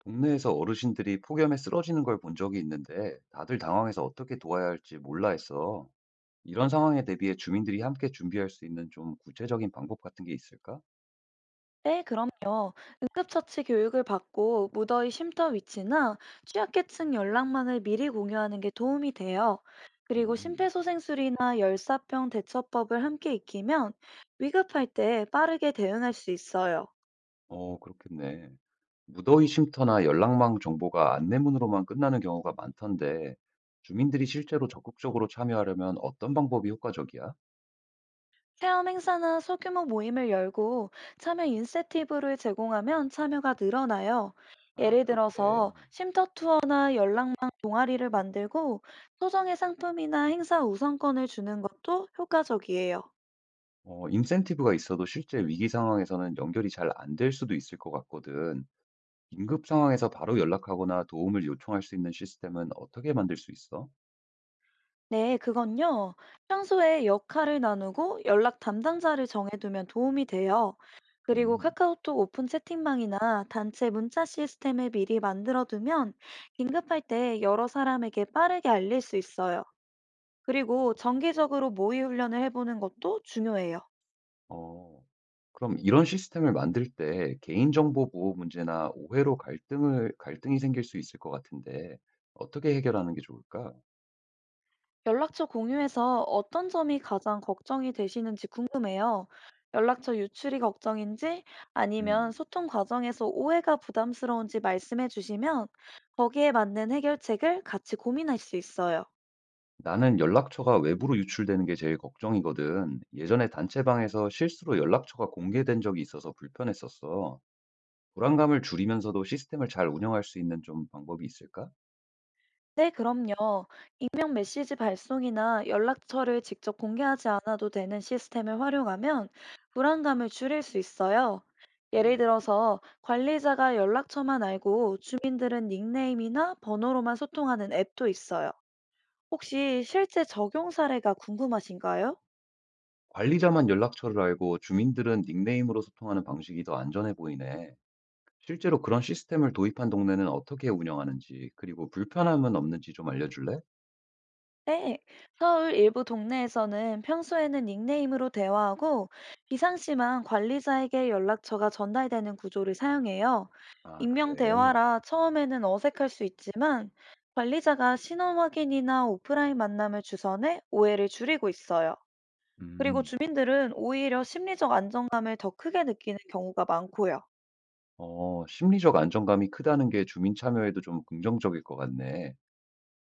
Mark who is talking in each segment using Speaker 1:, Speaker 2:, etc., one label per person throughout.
Speaker 1: 동네에서 어르신들이 폭염에 쓰러지는 걸 본 적이 있는데 다들 당황해서 어떻게 도와야 할지 몰라 했어. 이런 상황에 대비해 주민들이 함께 준비할 수 있는 좀 구체적인 방법 같은 게 있을까?
Speaker 2: 네, 그럼요. 응급처치 교육을 받고 무더위 쉼터 위치나 취약계층 연락망을 미리 공유하는 게 도움이 돼요. 그리고
Speaker 1: 음,
Speaker 2: 심폐소생술이나 열사병 대처법을 함께 익히면 위급할 때 빠르게 대응할 수 있어요.
Speaker 1: 어, 그렇겠네. 무더위 쉼터나 연락망 정보가 안내문으로만 끝나는 경우가 많던데 주민들이 실제로 적극적으로 참여하려면 어떤 방법이 효과적이야?
Speaker 2: 체험 행사나 소규모 모임을 열고 참여 인센티브를 제공하면 참여가 늘어나요.
Speaker 1: 아,
Speaker 2: 예를
Speaker 1: 그렇게.
Speaker 2: 들어서 쉼터 투어나 연락망 동아리를 만들고 소정의 상품이나 행사 우선권을 주는 것도 효과적이에요.
Speaker 1: 어, 인센티브가 있어도 실제 위기 상황에서는 연결이 잘 안 될 수도 있을 것 같거든. 긴급 상황에서 바로 연락하거나 도움을 요청할 수 있는 시스템은 어떻게 만들 수 있어?
Speaker 2: 네, 그건요. 평소에 역할을 나누고 연락 담당자를 정해두면 도움이 돼요. 그리고
Speaker 1: 음,
Speaker 2: 카카오톡 오픈 채팅방이나 단체 문자 시스템을 미리 만들어두면 긴급할 때 여러 사람에게 빠르게 알릴 수 있어요. 그리고 정기적으로 모의 훈련을 해보는 것도 중요해요.
Speaker 1: 어, 그럼 이런 시스템을 만들 때 개인정보 보호 문제나 오해로 갈등이 생길 수 있을 것 같은데 어떻게 해결하는 게 좋을까?
Speaker 2: 연락처 공유에서 어떤 점이 가장 걱정이 되시는지 궁금해요. 연락처 유출이 걱정인지 아니면
Speaker 1: 음,
Speaker 2: 소통 과정에서 오해가 부담스러운지 말씀해 주시면 거기에 맞는 해결책을 같이 고민할 수 있어요.
Speaker 1: 나는 연락처가 외부로 유출되는 게 제일 걱정이거든. 예전에 단체방에서 실수로 연락처가 공개된 적이 있어서 불편했었어. 불안감을 줄이면서도 시스템을 잘 운영할 수 있는 좀 방법이 있을까?
Speaker 2: 네, 그럼요. 익명 메시지 발송이나 연락처를 직접 공개하지 않아도 되는 시스템을 활용하면 불안감을 줄일 수 있어요. 예를
Speaker 1: 어.
Speaker 2: 들어서 관리자가 연락처만 알고 주민들은 닉네임이나 번호로만 소통하는 앱도 있어요. 혹시 실제 적용 사례가 궁금하신가요?
Speaker 1: 관리자만 연락처를 알고 주민들은 닉네임으로 소통하는 방식이 더 안전해 보이네. 실제로 그런 시스템을 도입한 동네는 어떻게 운영하는지, 그리고 불편함은 없는지 좀 알려줄래?
Speaker 2: 네. 서울 일부 동네에서는 평소에는 닉네임으로 대화하고 비상시만 관리자에게 연락처가 전달되는 구조를 사용해요.
Speaker 1: 아,
Speaker 2: 익명
Speaker 1: 그래.
Speaker 2: 대화라 처음에는 어색할 수 있지만 관리자가 신원 확인이나 오프라인 만남을 주선해 오해를 줄이고 있어요. 그리고
Speaker 1: 음.
Speaker 2: 주민들은 오히려 심리적 안정감을 더 크게 느끼는 경우가 많고요.
Speaker 1: 어, 심리적 안정감이 크다는 게 주민 참여에도 좀 긍정적일 것 같네.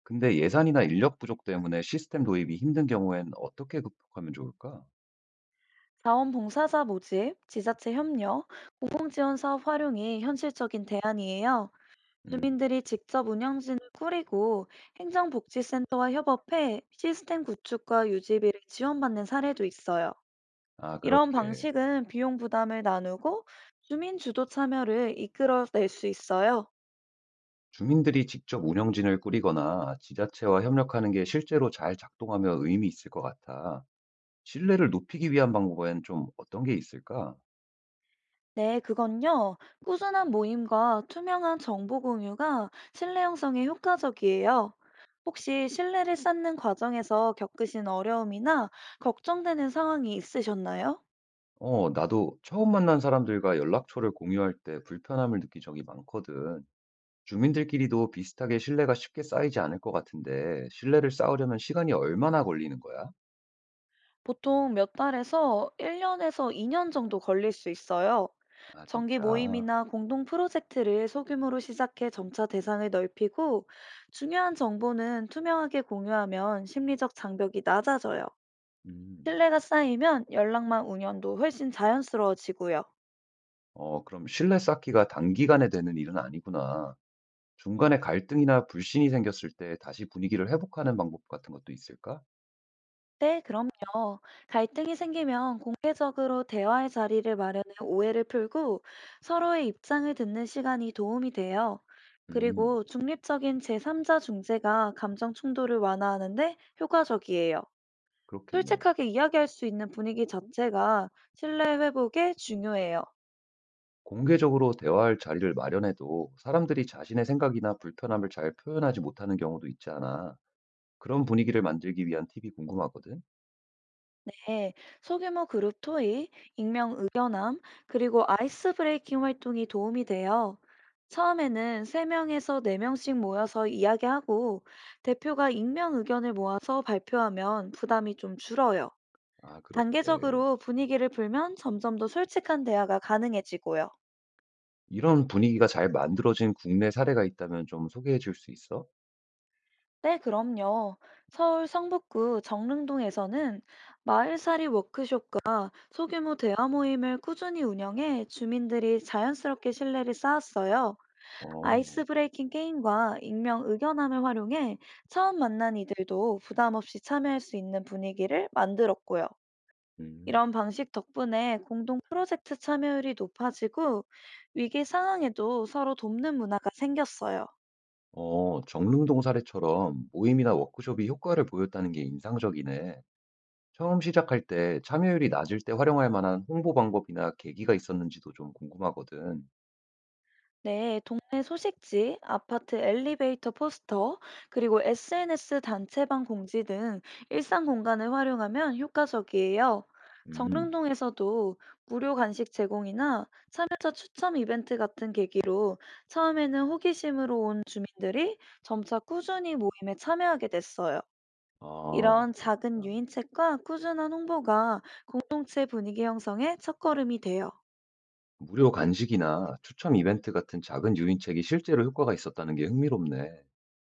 Speaker 1: 근데 예산이나 인력 부족 때문에 시스템 도입이 힘든 경우엔 어떻게 극복하면 좋을까?
Speaker 2: 자원봉사자 모집, 지자체 협력, 공공지원 사업 활용이 현실적인 대안이에요.
Speaker 1: 음.
Speaker 2: 주민들이 직접 운영진을 꾸리고 행정복지센터와 협업해 시스템 구축과 유지비를 지원받는 사례도 있어요.
Speaker 1: 아,
Speaker 2: 이런
Speaker 1: 그렇게.
Speaker 2: 방식은 비용 부담을 나누고 주민 주도 참여를 이끌어낼 수 있어요.
Speaker 1: 주민들이 직접 운영진을 꾸리거나 지자체와 협력하는 게 실제로 잘 작동하며 의미 있을 것 같아. 신뢰를 높이기 위한 방법엔 좀 어떤 게 있을까?
Speaker 2: 네, 그건요. 꾸준한 모임과 투명한 정보 공유가 신뢰 형성에 효과적이에요. 혹시 신뢰를 쌓는 과정에서 겪으신 어려움이나 걱정되는 상황이 있으셨나요?
Speaker 1: 어, 나도 처음 만난 사람들과 연락처를 공유할 때 불편함을 느낀 적이 많거든. 주민들끼리도 비슷하게 신뢰가 쉽게 쌓이지 않을 것 같은데, 신뢰를 쌓으려면 시간이 얼마나 걸리는 거야?
Speaker 2: 보통 몇 달에서 1년에서 2년 정도 걸릴 수 있어요.
Speaker 1: 아,
Speaker 2: 정기
Speaker 1: 진짜.
Speaker 2: 모임이나 공동 프로젝트를 소규모로 시작해 점차 대상을 넓히고 중요한 정보는 투명하게 공유하면 심리적 장벽이 낮아져요.
Speaker 1: 음.
Speaker 2: 신뢰가 쌓이면 연락망 운영도 훨씬 자연스러워지고요.
Speaker 1: 어, 그럼 신뢰 쌓기가 단기간에 되는 일은 아니구나. 중간에 갈등이나 불신이 생겼을 때 다시 분위기를 회복하는 방법 같은 것도 있을까?
Speaker 2: 네, 그럼요. 갈등이 생기면 공개적으로 대화의 자리를 마련해 오해를 풀고 서로의 입장을 듣는 시간이 도움이 돼요.
Speaker 1: 음,
Speaker 2: 그리고 중립적인 제3자 중재가 감정 충돌을 완화하는데 효과적이에요.
Speaker 1: 그렇겠네.
Speaker 2: 솔직하게 이야기할 수 있는 분위기 자체가 신뢰 회복에 중요해요.
Speaker 1: 공개적으로 대화할 자리를 마련해도 사람들이 자신의 생각이나 불편함을 잘 표현하지 못하는 경우도 있지 않아 그런 분위기를 만들기 위한 팁이 궁금하거든.
Speaker 2: 네, 소규모 그룹 토의, 익명 의견함, 그리고 아이스 브레이킹 활동이 도움이 돼요. 처음에는 3명에서 4명씩 모여서 이야기하고 대표가 익명 의견을 모아서 발표하면 부담이 좀 줄어요.
Speaker 1: 아, 그렇게.
Speaker 2: 단계적으로 분위기를 풀면 점점 더 솔직한 대화가 가능해지고요.
Speaker 1: 이런 분위기가 잘 만들어진 국내 사례가 있다면 좀 소개해 줄 수 있어?
Speaker 2: 네, 그럼요. 서울 성북구 정릉동에서는 마을살이 워크숍과 소규모 대화 모임을 꾸준히 운영해 주민들이 자연스럽게 신뢰를 쌓았어요.
Speaker 1: 어,
Speaker 2: 아이스 브레이킹 게임과 익명 의견함을 활용해 처음 만난 이들도 부담 없이 참여할 수 있는 분위기를 만들었고요.
Speaker 1: 음.
Speaker 2: 이런 방식 덕분에 공동 프로젝트 참여율이 높아지고 위기 상황에도 서로 돕는 문화가 생겼어요.
Speaker 1: 어, 정릉동 사례처럼 모임이나 워크숍이 효과를 보였다는 게 인상적이네. 처음 시작할 때 참여율이 낮을 때 활용할 만한 홍보 방법이나 계기가 있었는지도 좀 궁금하거든.
Speaker 2: 네, 동네 소식지, 아파트 엘리베이터 포스터, 그리고 SNS 단체방 공지 등 일상 공간을 활용하면 효과적이에요.
Speaker 1: 음.
Speaker 2: 정릉동에서도 무료 간식 제공이나 참여자 추첨 이벤트 같은 계기로 처음에는 호기심으로 온 주민들이 점차 꾸준히 모임에 참여하게 됐어요.
Speaker 1: 아,
Speaker 2: 이런 작은
Speaker 1: 아.
Speaker 2: 유인책과 꾸준한 홍보가 공동체 분위기 형성의 첫걸음이 돼요.
Speaker 1: 무료 간식이나 추첨 이벤트 같은 작은 유인책이 실제로 효과가 있었다는 게 흥미롭네.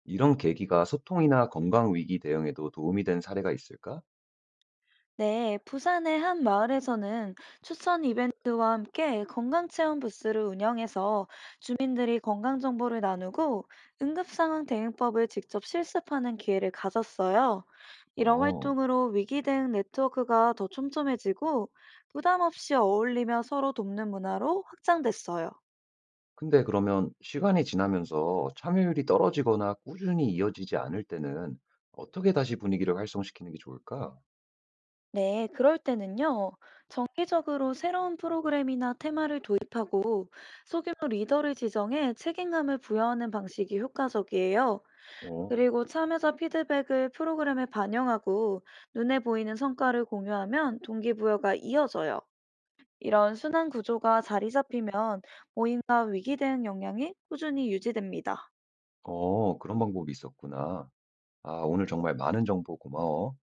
Speaker 1: 이런 계기가 소통이나 건강 위기 대응에도 도움이 된 사례가 있을까?
Speaker 2: 네, 부산의 한 마을에서는 추천 이벤트와 함께 건강체험 부스를 운영해서 주민들이 건강 정보를 나누고 응급상황 대응법을 직접 실습하는 기회를 가졌어요. 이런
Speaker 1: 어.
Speaker 2: 활동으로 위기 대응 네트워크가 더 촘촘해지고 부담 없이 어울리며 서로 돕는 문화로 확장됐어요.
Speaker 1: 근데 그러면 시간이 지나면서 참여율이 떨어지거나 꾸준히 이어지지 않을 때는 어떻게 다시 분위기를 활성시키는 게 좋을까?
Speaker 2: 네, 그럴 때는요, 정기적으로 새로운 프로그램이나 테마를 도입하고 소규모 리더를 지정해 책임감을 부여하는 방식이 효과적이에요.
Speaker 1: 어.
Speaker 2: 그리고 참여자 피드백을 프로그램에 반영하고 눈에 보이는 성과를 공유하면 동기부여가 이어져요. 이런 순환 구조가 자리 잡히면 모임과 위기 대응 역량이 꾸준히 유지됩니다.
Speaker 1: 어, 그런 방법이 있었구나. 아, 오늘 정말 많은 정보 고마워.